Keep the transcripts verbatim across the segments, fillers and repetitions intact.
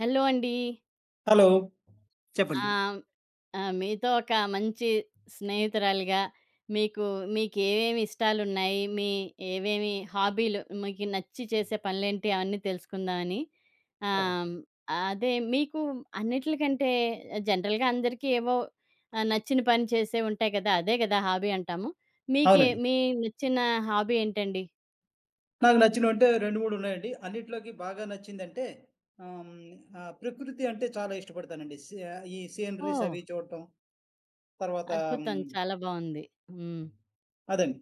Hello అండి. Hello. చెప్పండి. ఆహ్, ఆహ్, మీతో ఒక మంచి స్నేహితురాలిగా మీకు మీకేవేమి ఇష్టాలున్నాయి? మీ ఏవేమి హాబీలు మీకు నచ్చి చేసే పనులేంటి? అవన్నీ తెలుసుకుందామని. ఓహో! ఆహ్, అదే మీకు అన్నిట్లకంటే జనరల్‌గా అందరికీ ఏవో ఆహ్, నచ్చిన పని చేసేవి ఉంటాయి కదా! అదే కదా హాబీ అంటాము. మీకే అవునండి. మీ నచ్చిన హాబీ ఏంటండి? నాకు నచ్చినవంటే రెండు, మూడు ఉన్నాయండి. అన్నిట్లోకి బాగా నచ్చిందంటే ఆహ్, హ్మ్, ఆహ్, ప్రకృతి అంటే చాలా ఇష్టపడతానండి. సీ ఆహ్, ఈ సీనరీస్ ఓహ్! అవి చూడటం, తర్వాత అద్భుతం. హ్మ్, చాలా బావుంది. హ్మ్. అదండి.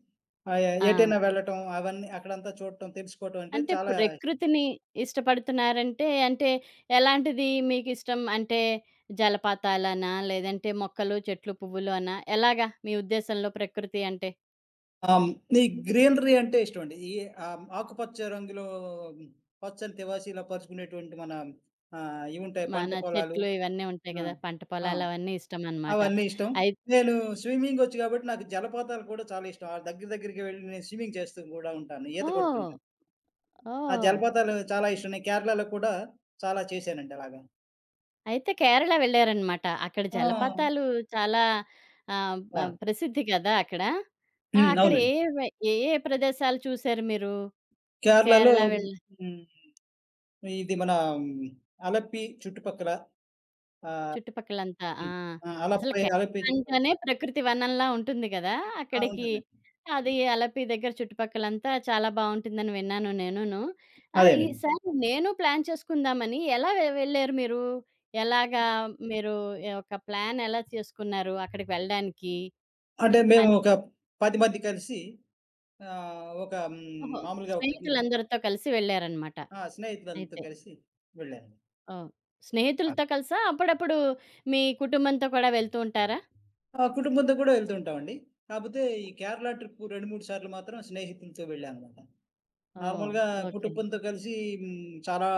ఆహ్, ఆ! ఎటైనా వెళ్ళటం అవన్నీ అక్కడంతా చూడటం, తెలుసుకోవటం అంటే అంటే చాలా ఇష్టం. ప్రకృతిని ఇష్టపడుతున్నారంటే, అంటే ఎలాంటిది మీకిష్టం? అంటే జలపాతాలనా? లేదంటే మొక్కలు, చెట్లు, పువ్వులు అనా? ఎలాగా మీ ఉద్దేశంలో ప్రకృతి అంటే? ఆహ్, ఈ గ్రీనరీ అంటే ఇష్టమండి. ఈ ఆహ్, ఆకుపచ్చ రంగులో ఉమ్, పచ్చని తివాచీలా పరుచుకునేటువంటి మన ఆహ్, ఇవుంటాయి పంట మన పొలాలు. చెట్లు ఇవన్నీ ఉంటాయి ఆ! గదా! పంట ఆ! పొలాలు అవన్నీ ఇష్టమనమాట. అవన్నీ ఇష్టం. అయి నేను స్విమ్మింగొచ్చు గాబట్టి నాకు జలపాతాలు కూడా చాలా ఇష్టం. ఆ దగ్గర దగ్గరికి వెళ్లి నేను స్విమ్మింగ్ చేస్తూ గూడా ఉంటాను. ఈత ఓహ్! కొడుతుంటాను. ఆ ఓహ్! జలపాతాలు చాలా ఇష్టం. నేను కేరళలో కూడా చాలా చేశానండి అలాగా. అయితే కేరళ వెళ్లారనమాట. అక్కడ ఆ! జలపాతాలు చాలా ఆహ్, బ ఆ! ప్రసిద్ధి కదా అక్కడ. ఆ! హ్మ్. అక్కడ ఏ అవునండి. వై ఏ ఏ ప్రదేశాలు చూసారు మీరు? కేరళలో కేరళ వెళ్ హ్మ్. ఇది మన ఉమ్, అలప్పి చుట్టుపక్కల ఆహ్, చుట్టుపక్కలంతా. ఆ! హ్మ్. ఆ! అసలు అలప్పై కేరళ అలప్పి చుట్టు అంటేనే ప్రకృతి వనంలా ఉంటుంది గదా! ఆ! అక్కడికి ఉంటుందండి. అది అలపి దగ్గర చుట్టుపక్కలంతా చాలా బావుంటుందని విన్నాను నేనును. ఆహ్, అదేనండి. ఈసారి నేను ప్లాన్ చేసుకుందామని ఎలా వె వెళ్లారు మీరు? ఎలాగా మీరు ఒక ప్లాన్ ఎలా చేసుకున్నారు అక్కడికి వెళ్ళడానికి? అంటే మేము ఒక అంటే పది మంది కలిసి ఆహ్, ఒక హ్మ్. ఓహో! మామూలుగా ఒకటి స్నేహితులందరితో కలిసి వెళ్లారనమాట ఆ! స్నేహితులందరితో అయితే. కలిసి వెళ్ళానండి. ఓహ్! ఆ! స్నేహితులతో కలిసా? అప్పుడప్పుడు మీ కుటుంబంతో కూడా వెళ్తూ ఉంటారా? ఆ! కుటుంబంతో కూడా వెళ్తుంటామండి. కాపోతే ఈ కేరళ ట్రిప్పు రెండు, మూడు సార్లు మాత్రం స్నేహితులతో వెళ్ళాననమాట. ఓహ్! నార్మల్‌గా ఓకే. కుటుంబంతో కలిసి హ్మ్, చాలా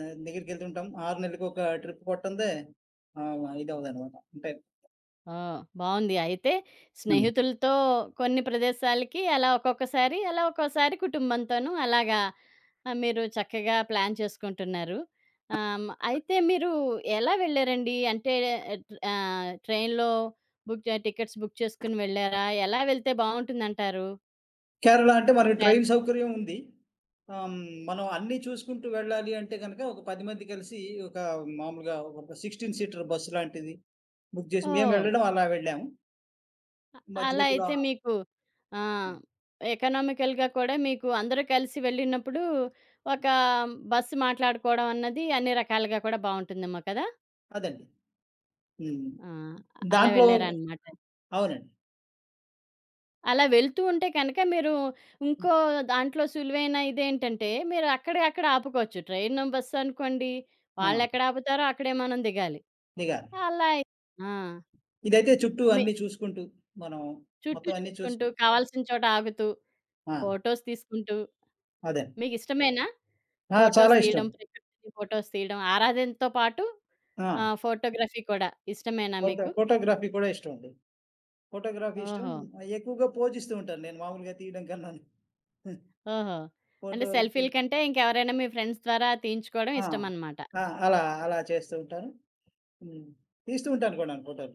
ద దగ్గరికెళ్తుంటాం. ఆరు నెలలకొక ట్రిప్ కొట్టందే ఆహ్, ఇదవ్వదనమాట. అంటే ఆ! బావుంది. అయితే హ్మ్. స్నేహితులతో కొన్ని ప్రదేశాలకి అలా ఒక్కొక్కసారి, అలా ఒక్కోసారి కుటుంబంతోనూ అలాగా ఆహ్, మీరు చక్కగా ప్లాన్ చేసుకుంటున్నారు. ఆహ్, హ్మ్. అయితే మీరు ఎలా వెళ్లారండి? అంటే ఆహ్, ట్రైన్‌లో బుక్ టికెట్స్ బుక్ చేసుకొని వెళ్లారా? ఎలా వెళ్తే బావుంటుందంటారు? కేరళ అంటే మనకి యార్ ట్రైన్ సౌకర్యం ఉంది. ఆహ్, హ్మ్, మనం అన్నీ చూసుకుంటూ వెళ్ళాలి అంటే గనక ఒక పది మంది కలిసి ఒక మామూలుగా ఒక పదహారు సీటర్ బస్సు లాంటిది బుక్ జేసి మేము ఓహ్! వెళ్ళడం అలా వెళ్ళాము. అ మధ్య అలా మధ్యలో అయితే మీకు ఆ! ఎకనామికల్‌గా కూడా మీకు అందరూ కలిసి వెళ్ళినప్పుడు ఒక బస్సు మాట్లాడుకోవడం అన్నది అన్ని రకాలుగా కూడా బావుంటుందేమో కదా! అదండి. హ్మ్. ఆ! అలా దాంట్లో వెళ్లారనమాట. అవునండి. అలా వెళ్తూ ఉంటే కనుక మీరు ఇంకో దాంట్లో సులువైన ఇదేంటంటే మీరు అక్కడే అక్కడ ఆపుకోవచ్చు. ట్రైను, బస్సు అనుకోండి ఆ! వాళ్ళెక్కడ ఆపుతారో అక్కడే మనం దిగాలి. దిగాలి. అలా అయి ఆ! ఇదైతే చుట్టూ మీ అన్నీ చూసుకుంటూ, మనం చుట్టూ మొత్తం అన్నీ చూసి చూసుకుంటూ కావాల్సిన చోట ఆగుతూ, ఆ! ఫోటోస్ తీసుకుంటూ అదే. మీకిష్టమేనా? ఆ! ఫోటోస్ చాలా ఇష్టం. తీయడం, ప్రకృతిని ఫోటోస్ తీయడం, ఆరాధనతో పాటు ఆ! ఆహ్, ఫోటోగ్రఫీ కూడా ఇష్టమేనా ఫోటో మీకు? ఫోటోగ్రఫీ కూడా ఇష్టమండి. ఫోటోగ్రఫీ ఇష్టం. ఓహో! ఎక్కువగా పోజిస్తూ ఉంటాను నేను మామూలుగా తీయడం కన్నాను. ఓహో! అంటే ఫోటోలకి సెల్ఫీ‌ల కంటే ఇంకెవరైనా మీ ఫ్రెండ్స్ ద్వారా తీయించుకోవడం ఆ! ఇష్టమనమాట. ఆ! అలా, అలా చేస్తూ ఉంటాను. హ్మ్. తీస్తూ ఉంటాను కూడాను ఫోటోలు.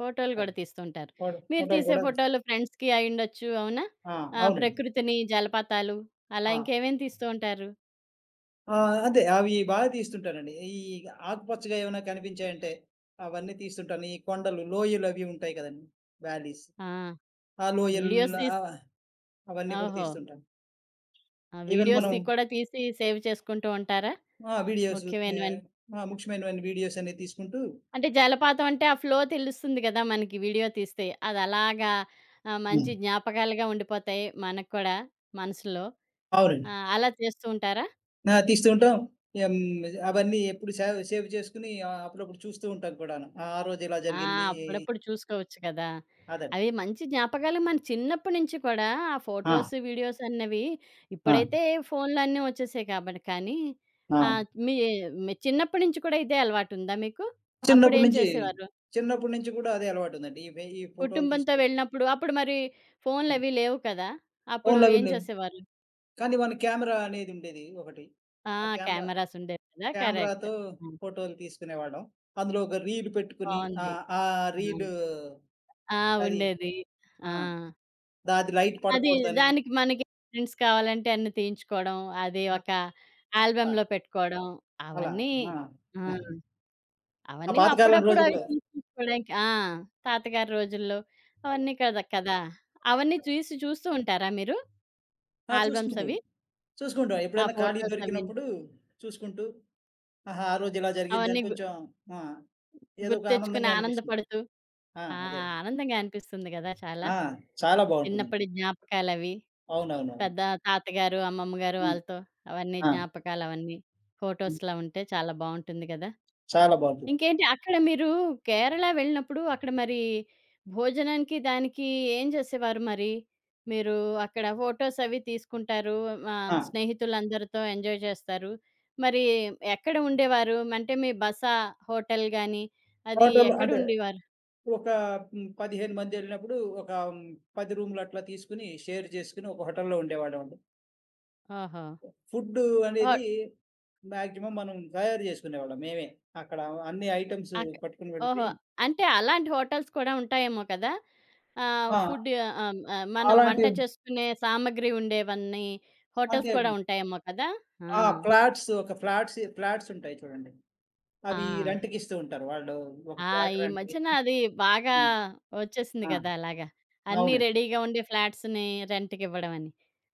ఫోటోలు అది. గూడా తీస్తుంటారు. ఫోటో మీరు ఫోటోలు తీసే కూడా ఫోటోలు ఫ్రెండ్స్‌కి అయ్యుండొచ్చు. అవునా? ఆ! ఆ! అవునండి. ప్రకృతిని, జలపాతాలు అలా ఆ! ఇంకేమేమి తీస్తూ ఉంటారు? ఆ! అదే. అవి బాగా తీస్తుంటానండి. ఈ ఆకుపచ్చగా ఏమైనా కనిపించాయంటే, అవన్నీ తీస్తుంటాను. ఈ కొండలు, లోయలు అవి ఉంటాయి కదండీ! వ్యాలీస్. ఆ! ఆ లోయలు వీడియోస్ హ్మ్. తీస్ ఆహ్, అవన్నీ కూడా ఓహో! తీస్తుంటాను. ఆ! ఈవెన్ వీడియోస్ మనం తీ కూడా తీసి సేవ్ చేసుకుంటూ ఉంటారా? ఆ! వీడియోస్ తే ముఖ్యమైనవన్నీ. ఆ! ముఖ్యమైనవన్నీ వీడియోస్ అనేవి తీసుకుంటూ అంటే జలపాతం అంటే ఆ ఫ్లో తెలుస్తుంది గదా! మనకి వీడియో తీస్తే. అదలాగా ఆహ్, హ్మ్. మంచి జ్ఞాపకాలుగా ఉండిపోతాయి మనకు కూడా మనసులో. అవునండి. ఆ! అలా చేస్తూ ఉంటారా? ఆ! తీస్తూ ఉంటాం. ఎం అవన్నీ ఎప్పుడు సేవ్ సేవ్ చేసుకొని ఆహ్, అప్పుడప్పుడు చూస్తూ ఉంటాం కూడాను. ఆ ఆ రోజు ఇలా ఆ! జరిగింది అప్పుడప్పుడు చూసుకోవచ్చు కదా! అదండి. అవి మంచి జ్ఞాపకాలు మన చిన్నప్పటి నుంచి కూడా ఆ ఆ! ఫోటోస్, వీడియోస్ అన్నవి ఆ! ఇప్పుడైతే ఫోన్‌లో అన్నీ వచ్చేసాయి కాబట్టి కానీ ఆ! ఆహ్, మీ మీ చిన్నప్పటి నుంచి కూడా ఇదే అలవాటుందా మీకు? చిన్నప్పటి అప్పుడేం నుంచి, చేసేవారు? చిన్నప్పటి నుంచి కూడా అదే అలవాటుందండి. ఈ వె ఈ ఫోటోలు కుటుంబంతో తీసుకోవడం. వెళ్ళినప్పుడు అప్పుడు మరి హ్మ్. ఫోన్‌లవి లేవు కదా! అప్పుడు ఫోన్‌లవి ఏం లేవు. చేసేవారు? కానీ మన కెమెరా అనేదుండేది ఒకటి. ఆ! ఆ కెమెరా కెమెరాస్ ఉండేవి కదా! కరెక్ట్. కెమెరాతో ఆ! ఫోటోలు తీసుకునేవాళ్ళం. అందులో ఒక రీల్ పెట్టుకొని బావుంది. ఆహ్, ఆ ఆ! రీలు ఆ! అది ఉండేది. ఆ! ఆ! దాది లైట్ అది పడకూడదని దానికి మనకి ప్రింట్స్ కావాలంటే అన్నీ తీయించుకోవడం. అది ఆ! ఒక ఆ! ఆల్బమ్‌లో పెట్టుకోవడం. అలా. అవన్నీ ఆ! ఆ! ఆ! ఆ అవన్నీ పాతకాలం అప్పుడప్పుడు అవి రోజుల్లో తీసి చూసుకోవడానికి ఆ! తాతగారి రోజుల్లో అవన్నీ కదా! కదా! అవన్నీ చూసి చూస్తూ ఉంటారా మీరు? ఆ! ఆల్బమ్స్ చూసుకుంటూ అవి? చూసుకుంటాం. ఆ ఎప్పుడైనా ఖాళీ ఫోటోస్ అవి దొరికినప్పుడు చూసుకుంటూ, ఆహా! ఆ రోజు ఇలా జరిగిందని అవన్నీ గు కొంచెం ఆ! ఏదో ఒక గుర్తెచ్చుకుని ఆనందంగా అనిపిస్తుంది. ఆనందపడుతూ ఆ! ఆ! అదే. ఆనందంగా అనిపిస్తుంది కదా చాలా. ఆ! చాలా చిన్నప్పటి బావుంటుందండి. జ్ఞాపకాలవి. అవునవునవును. పెద్ద తాతగారు, అమ్మమ్మ గారు హ్మ్. వాళ్ళతో అవన్నీ ఆ! జ్ఞాపకాలవన్నీ. హ్మ్. ఫోటోస్‌లా ఉంటే చాలా బావుంటుంది గదా! చాలా బావుంటుంది. ఇంకేంటి అక్కడ మీరు కేరళ వెళ్ళినప్పుడు అక్కడ మరి భోజనానికి, దానికి ఏం జేసేవారు మరి? మీరు అక్కడ ఫోటోస్ అవి తీసుకుంటారు. ఆహ్, ఆ! స్నేహితులందరితో ఎంజాయ్ చేస్తారు. మరి ఎక్కడ ఉండేవారు? అంటే మీ బస, హోటల్ గాని అది హోటలు ఎక్కడ అంటే ఉండేవారు? ఒక హ్మ్, పదిహేను మందెళ్ళినప్పుడు ఒక హ్మ్, పది రూములు అట్లా తీసుకొని షేర్ చేసుకొని ఒక హోటల్‌లో ఉండేవాళ్ళమండి. ఓహో! ఫుడ్ హో అనేది మాక్సిమం మనం తయారు చేసుకునేవాళ్ళం మేమే. అక్కడ అన్ని ఐటెమ్స్ అక్ పట్టుకొని ఓహో! వెళ్ళిపోయి అంటే అలాంటి హోటల్స్ కూడా ఉంటాయేమో కదా! ఆహ్, ఆ! ఫుడ్ ఆహ్, ఆహ్, మనం వంట అలాంటి చేసుకునే సామాగ్రి ఉండేవన్నీ హోటల్స్ అంటే కూడా ఉంటాయేమో కదా! ఆ! ఆ! ఫ్లాట్స్ ఒక ఫ్లాట్స్ ఫ్లాట్స్ ఉంటాయి చూడండి. ఆ! అవి రెంట్‌కిస్తూ ఉంటారు. వాళ్ళు ఒక ఆ! ఫ్లాట్ ఈ మధ్యన రెంట్‌కిచ్చి అది బాగా హ్మ్. వచ్చేసింది ఆ! కదా అలాగా. అన్నీ అవునండి. రెడీగా ఉండే ఫ్లాట్స్‌ని రెంట్‌కివ్వడం అని.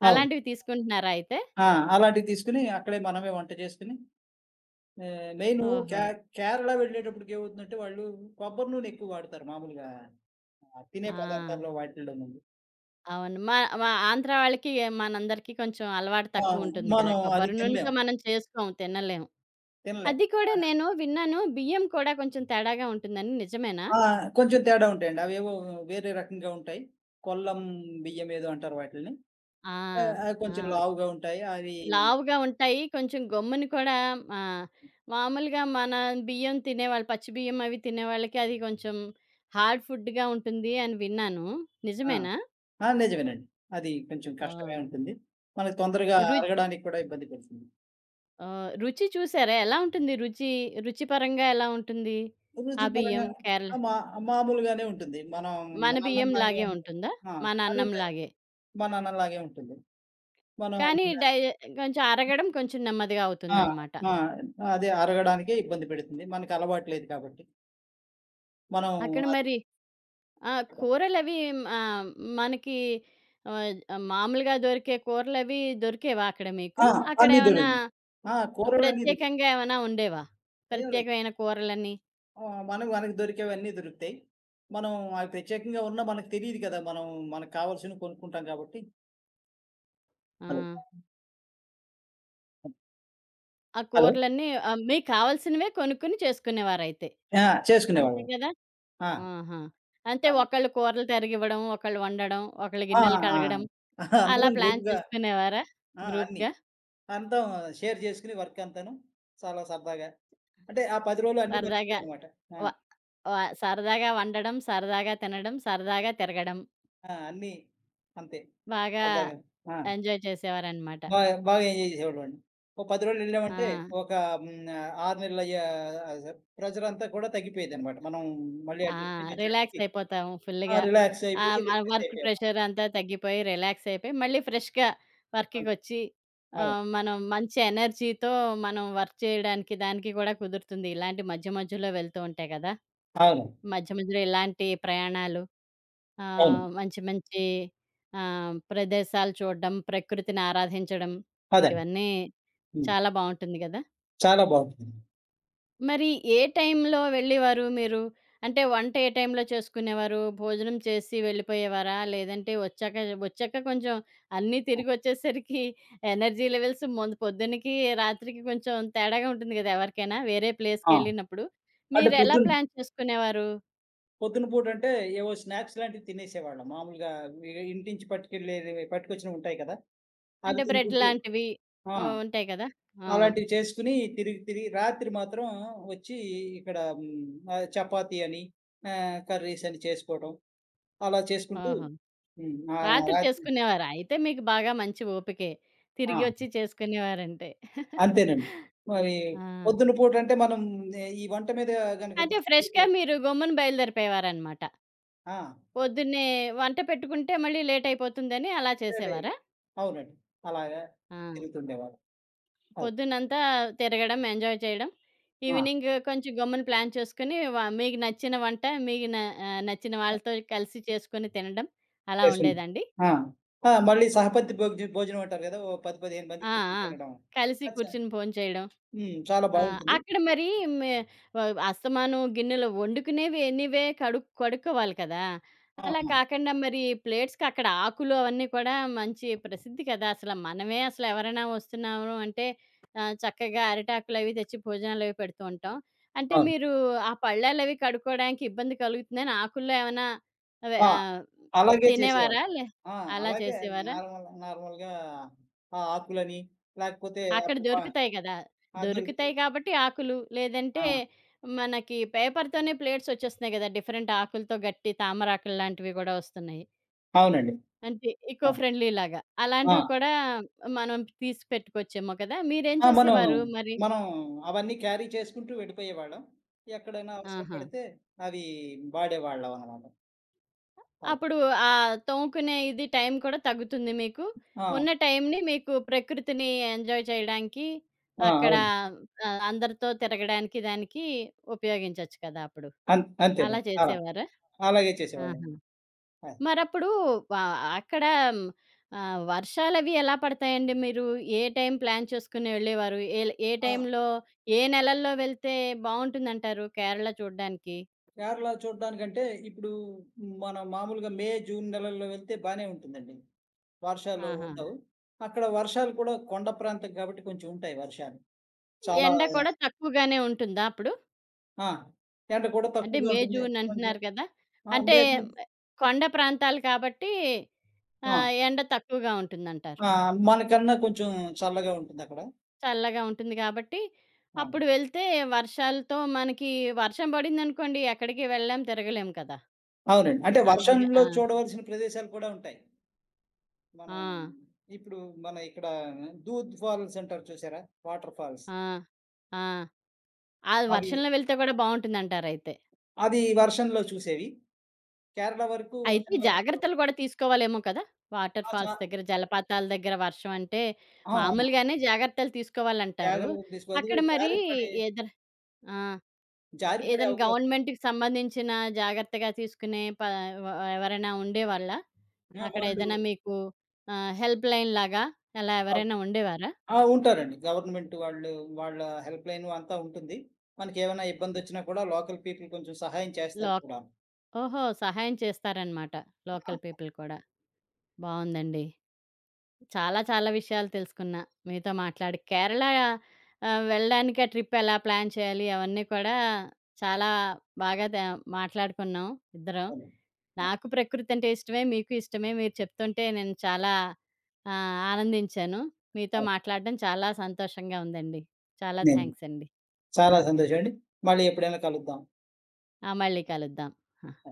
అవును. అలాంటివి తీసుకుంటున్నారా అయితే? ఆ! అలాంటివి తీసుకొని అక్కడే మనమే వంట చేసుకొని ఆహ్, మెయిను కే ఓహో! కేరళ వెళ్ళేటప్పటికి ఏమవుతుందంటే వాళ్ళు కొబ్బరి నూనె ఎక్కువ వాడతారు మామూలుగా ఆహ్, ఆ! తినే పదార్థాల్లో వాటిల్లో ముందు. అవును. మా మా ఆంధ్ర వాళ్ళకి మనందరికీ కొంచెం అలవాటు ఆ! తక్కువుంటుంది కదా! మనం అది కొబ్బరి నూనెతో తినలేము. మనం చేసుకోం తినలేం. తినలేం. అది ఆ! కూడా నేను విన్నాను. బియ్యం కూడా కొంచెం తేడాగా ఉంటుందని నిజమేనా? ఆ! కొంచెం తేడా ఉంటాయండి. అవేవో వేరే రకంగా ఉంటాయి. కొల్లం బియ్యం ఏదో అంటారు వాటిల్ని. ఆ! ఆహ్, అవి కొంచెం ఆ! లావుగా ఉంటాయి. అవి లావుగా ఉంటాయి. కొంచెం గమ్ముని కూడా ఆహ్, మామూలుగా మన బియ్యం తినేవాళ్ళు పచ్చి బియ్యం అవి తినేవాళ్ళకి అది కొంచెం హార్డ్ ఫుడ్‌గా ఉంటుంది అని విన్నాను. ఆ! నిజమేనా? ఆ! నిజమేనండి. అది కొంచెం ఆ! కష్టమే ఉంటుంది. మనకు తొందరగా రు అరగడానికి కూడా ఇబ్బంది పడుతుంది. ఆహ్, రుచి చూసారా? ఎలా ఉంటుంది రుచి? రుచి పరంగా ఎలా ఉంటుంది? ఆ రుచి పరంగా బియ్యం కేరళ ఆ! మా మామూలుగానే ఉంటుంది. మనం మన మన అన్నంలాగే బియ్యంలాగే ఉంటుంది. ఉంటుందా? ఆ! మన కానీ అన్నంలాగే. మా నాన్నలాగే ఉంటుంది. మనం కానీ డై కొంచెం అరగడం కొంచెం నెమ్మదిగా ఆ! అవుతుందనమాట. ఆ! అదే అరగడానికే ఇబ్బంది పెడుతుంది. మనకలవాటు లేదు కాబట్టి. మనం అక్కడ అది మరి ఆ! కూరలవి ఆహ్, మనకి ఆహ్, మామూలుగా దొరికే కూరలవి దొరికేవా అక్కడ మీకు? ఆ! అన్నీ అక్కడేమన్నా దొరింది. ఆ! కూరలన్నీ దొరుకుతాయి. ప్రత్యేకంగా ఏమన్నా ఉండేవా? అయ్యో! లేదు. ప్రత్యేకమైన కూరలని? ఆహ్, మనకు మనకు దొరికేవన్నీ దొరుకుతాయి. మనం అవి ప్రత్యేకంగా ఉన్నా మనకు తెలీదు కదా! మనం మనకు కావాల్సినవి కొనుక్కుంటాం కాబట్టి. ఆ! హలో! ఆ హలో! కూరలన్నీ ఆహ్, మీకు కావాల్సినవే కొనుక్కొని చేసుకునేవారైతే. ఆ! అంతే చేసుకునేవాళ్ళం. కదా! ఆ! ఆహా! అంటే ఆహా! ఒకళ్ళు కూరలు తరిగివ్వడం, ఒకళ్ళు వండడం, ఒకళ్ళు ఆ! గిన్నెలు ఆ! కడగడం అలా అందరం ప్లాన్ గ్రూప్‌గా చేసుకునేవారా ఆ! అన్నీ. గ్రూప్‌గా అంతం షేర్ చేసుకొని వర్కంతాను. చాలా సరదాగా. అంటే ఆ పది రోజులు అన్నీ సరదాగా? మర్చిపోయానమాట. ఆ! వ వ సరదాగా వండడం, సరదాగా తినడం, సరదాగా తిరగడం. ఆ! అన్నీ అంతే బాగా సరదాగా. ఆ! ఎంజాయ్ చేసేవారనమాట. బాగా, బాగా ఎంజాయ్ చేసేవాళ్ళమండి. ఓ పది రోజులు ఆ! వెళ్ళామంటే ఒక హ్మ్, ఆహ్, ఆరు నెలలయ్యే ఆహ్, ప్రెజరంతా కూడా తగ్గిపోయేదనమాట. మనం మళ్ళీ ఆ ఆ! ట్రిప్ నుంచి రిలాక్స్ వచ్చినప్పటికి అయిపోతాము ఆ! ఫుల్‌గా. రిలాక్స్ అయిపోయి ఆహ్, మన రిఫ్రెష్ వర్క్ అయిపోయేవాళ్ళం. ప్రెషర్ అంతా తగ్గిపోయి రిలాక్స్ అయిపోయి, మళ్ళీ ఫ్రెష్‌గా అవును. వర్క్‌కొచ్చి అవును. ఆహ్, మనం మంచి ఎనర్జీతో మనం వర్క్ చేయడానికి దానికి కూడా కుదురుతుంది. ఇలాంటి మధ్య మధ్యలో వెళ్తూ ఉంటాయి కదా! అవును. మధ్య మధ్యలో ఇలాంటి ప్రయాణాలు అవును. ఆహ్, మంచి మంచి ఆహ్, ప్రదేశాలు చూడడం, ప్రకృతిని ఆరాధించడం అదండి. ఇవన్నీ హ్మ్. చాలా బావుంటుంది గదా! చాలా బావుంటుంది. మరి ఏ టైంలో వెళ్ళేవారు మీరు? అంటే వంట ఏ టైంలో చేసుకునేవారు? భోజనం చేసి వెళ్ళిపోయేవారా? లేదంటే వచ్చాక వచ్చాక కొంచెం అన్నీ తిరిగొచ్చేసరికి ఎనర్జీ లెవెల్స్ ముందు పొద్దున్నకి, రాత్రికి కొంచెం తేడాగా ఉంటుంది గదా! ఎవరికైనా వేరే ఆ! ప్లేస్‌కెళ్ళినప్పుడు. అంటే మీరెలా పొద్దున ప్లాన్ చేసుకునేవారు? పొద్దున పూటంటే ఏవో స్నాక్స్ లాంటివి తినేసేవాళ్ళం. మామూలుగా వి ఇంటి నుంచి పట్టుకెళ్ళేవి పట్టుకొచ్చినవి ఉంటాయి కదా! అవి అంటే బ్రెడ్ తినుకుంటూ లాంటివి ఆ! ఆహ్, ఉంటాయి కదా! ఆ! అలాంటివి చేసుకుని తిరిగి తిరిగి రాత్రి మాత్రం వచ్చి ఇక్కడ హ్మ్, ఆ చపాతీ అని, ఆహ్, కర్రీస్ అని చేసుకోవడం అలా చేసుకుంటూ ఓహో! హ్మ్. ఆ! రాత్రి రాత్రి చేసుకునేవారా? అయితే మీకు బాగా మంచి ఓపికే. ఆ! తిరిగొచ్చి చేసుకునేవారంటే. అంతేనండి. మరి ఆ! పొద్దున పూట అంటే మనం ఏ, ఈ వంట మీద గనుక అంటే దృష్టి పెడితే ఫ్రెష్‌గా మీరు గమ్మున బయలుదేరిపోయేవారనమాట. ఆ! పొద్దున్నే వంట పెట్టుకుంటే మళ్ళీ లేట్ అయిపోతుందని అలా అదే చేసేవారా? అవునండి. అలాగా ఆ! తిరుగుతుండేవారు. అది. పొద్దునంతా తిరగడం, ఎంజాయ్ చేయడం. ఆ! ఈవినింగ్ కొంచెం గమ్మున ప్లాన్ చేసుకొని వ మీకు నచ్చిన వంట మీకు న ఆహ్, నచ్చిన వాళ్ళతో కలిసి చేసుకొని తినడం అలా చేసింది. ఉండేదండి? ఆ! ఆ! మళ్ళీ సహపంక్తి భోజ భోజనం అంటారు కదా! ఓ పది, పదిహేను మంది ఆ! కూర్చొని ఆ! తినడం. కలిసి అచ్చా! కూర్చొని భోంచేయడం. హ్మ్. చాలా ఆ! బావుంటుంది. అక్కడ మరి మే ఆహ్, అస్తమానం గిన్నెలు వండుకునేవి ఎనీవే కడు కడుక్కోవాలి కదా! ఆ! అలా ఆ! కాకుండా మరి ప్లేట్స్‌కి అక్కడ ఆకులు అవన్నీ కూడా మంచి ప్రసిద్ధి కదా! అసలు మనమే అసలు ఎవరైనా వస్తున్నాము అంటే ఆహ్, చక్కగా అరిటాకులవి తెచ్చి భోజనాలవి పెడుతూ ఉంటాం. అంటే అవును. మీరు ఆ పళ్ళాలవి కడుక్కోవడానికి ఇబ్బంది కలుగుతుందని ఆకుల్లో ఏమైనా అవే ఆ! ఆహ్, అలాగే చేసేవాడు. తినేవారా? లే ఆ! అలా అలాగే చేసేవారా? నార్మల్ నార్మల్‌గా ఆ ఆకులని లేకపోతే అక్కడ అప్పుడు ప దొరుకుతాయి గదా! ఆ! దొరుకుతాయి దొరుకుతాయి. కాబట్టి ఆకులు, ఆ! లేదంటే మనకి పేపర్‌తోనే ప్లేట్స్ వచ్చేస్తున్నాయి గదా! డిఫరెంట్ ఆకులతో గట్టి తామరాకులు లాంటివి గూడా వస్తున్నాయి. అవునండి. అంటే ఇకో ఆ! ఫ్రెండ్లీ లాగా. అలాంటివి ఆ! కూడా మనం తీసి పెట్టుకోవచ్చేమో కదా! మీరేం ఆ! మనం, చేసేవారు మరి? మనం అవన్నీ క్యారీ చేసుకుంటూ వెళ్ళిపోయేవాళ్ళం. ఎక్కడైనా అవసరం ఆహా! పడితే అవి వాడేవాళ్ళం అనమాట. అలా. అప్పుడు ఆ తోముకునే ఇది టైం కూడా తగ్గుతుంది మీకు. ఆ! ఉన్న టైంని మీకు ప్రకృతిని ఎంజాయ్ చేయడానికి ఆ! అక్కడ అవును. ఆహ్, అందరితో తిరగడానికి దానికి ఉపయోగించొచ్చు కదా అప్పుడు. అం అలా అంతేనండి. అలా. చేసేవారా? అలాగే చేసేవాళ్ళం. ఆహా! అది. మరప్పుడు వా అక్కడ హ్మ్, ఆహ్, వర్షాలవి ఎలా పడతాయండి మీరు? ఏ టైం ప్లాన్ చేసుకొని వెళ్ళేవారు? ఏల్ ఏ ఆ! టైంలో, ఏ నెలల్లో వెళ్తే బావుంటుందంటారు కేరళ చూడ్డానికి? కేరళ చూడడానికంటే ఇప్పుడు మనం మామూలుగా మే, జూన్ నెలల్లో వెళ్తే బానే ఉంటుందండి. వర్షాలు ఆహా! ఉండవు. అక్కడ వర్షాలు కూడా కొండ ప్రాంతం కాబట్టి కొంచెం ఉంటాయి వర్షాలు. చాలా ఎండ కూడా తక్కువగానే ఉంటుందా అప్పుడు? ఆ! ఎండ కూడా అంటే తక్కువగా మే, ఉంటుంది. జూన్ కొంచెం అంటున్నారు కదా! ఆ! అంటే లేదు. కొండ ప్రాంతాలు కాబట్టి ఆ! ఆహ్, ఎండ తక్కువగా ఉంటుందంటారు. ఆ! మనకన్నా కొంచెం చల్లగా ఉంటుందక్కడ. చల్లగా ఉంటుంది కాబట్టి ఆ! అప్పుడు వెళ్తే వర్షాలతో మనకి వర్షం పడిందనుకోండి ఎక్కడికి వెళ్ళలేం, తిరగలేం కదా! అవునండి. అంటే అందుకే వర్షంలో ఆ! చూడవలసిన ప్రదేశాలు కూడా ఉంటాయి. మన ఆ! ఇప్పుడు మన ఇక్కడ దూద్ ఫాల్స్ అంటారు చూసారా? Water falls. ఆ! ఆ! అది అవి వర్షంలో వెళ్తే కూడా బావుంటుందంటారయితే. అది వర్షంలో చూసేవి. కేరళ వరకు అయితే వర్షంలో చూ- జాగ్రత్తలు కూడా తీసుకోవాలేమో కదా! వాటర్ ఆ! చా ఫాల్స్ దగ్గర, జలపాతాల దగ్గర వర్షం అంటే ఆ! ఆ! మామూలుగానే జాగ్రత్తలు తీసుకోవాలంటారు. జాగ్రత్తలు తీసుకోవాలి. అక్కడ ఎందుకంటే మరి జారిపడే ఏదర ఆ! జారిపడే ఏదైనా అవకాశం గవర్నమెంట్‌కి సంబంధించిన జాగ్రత్తగా తీసుకునే ప వ ఎవరైనా ఉండేవాళ్ళా? ఆ! అక్కడ వాళ్ళు ఏదైనా మీకు ఆహ్, హెల్ప్‌లైన్ లాగా అలా ఆహ్, ఎవరైనా ఉండేవారా? ఆ! ఉంటారండి. గవర్నమెంట్ వాళ్ళు, వాళ్ళ హెల్ప్‌లైను అంతా ఉంటుంది. మనకేమైనా ఇబ్బందొచ్చినా కూడా లోకల్ పీపుల్ కొంచెం సహాయం లో చేస్తారు కూడా. ఓహో! సహాయం చేస్తారనమాట. ఆ! లోకల్ పీపుల్ కూడా. బావుందండి. చాలా చాలా విషయాలు తెలుసుకున్నా మీతో మాట్లాడి. కేరళ ఆహ్, వెళ్ళడానికి ఆ ట్రిప్ ఎలా ప్లాన్ చేయాలి అవన్నీ కూడా చాలా బాగా త మాట్లాడుకున్నాం ఇద్దరం. అవును. ఆ! నాకు ప్రకృతి అంటే ఇష్టమే. మీకు ఇష్టమే. మీరు చెప్తుంటే నేను చాలా ఆహ్, ఆనందించాను. మీతో అవును. మాట్లాడడం చాలా సంతోషంగా ఉందండి. చాలా నేను థాంక్స్ అండి. ఆ! చాలా సంతోషమండి. మళ్ళీ ఎప్పుడైనా కలుద్దాం. ఆ! మళ్ళీ కలుద్దాం. ఆ! ఆ!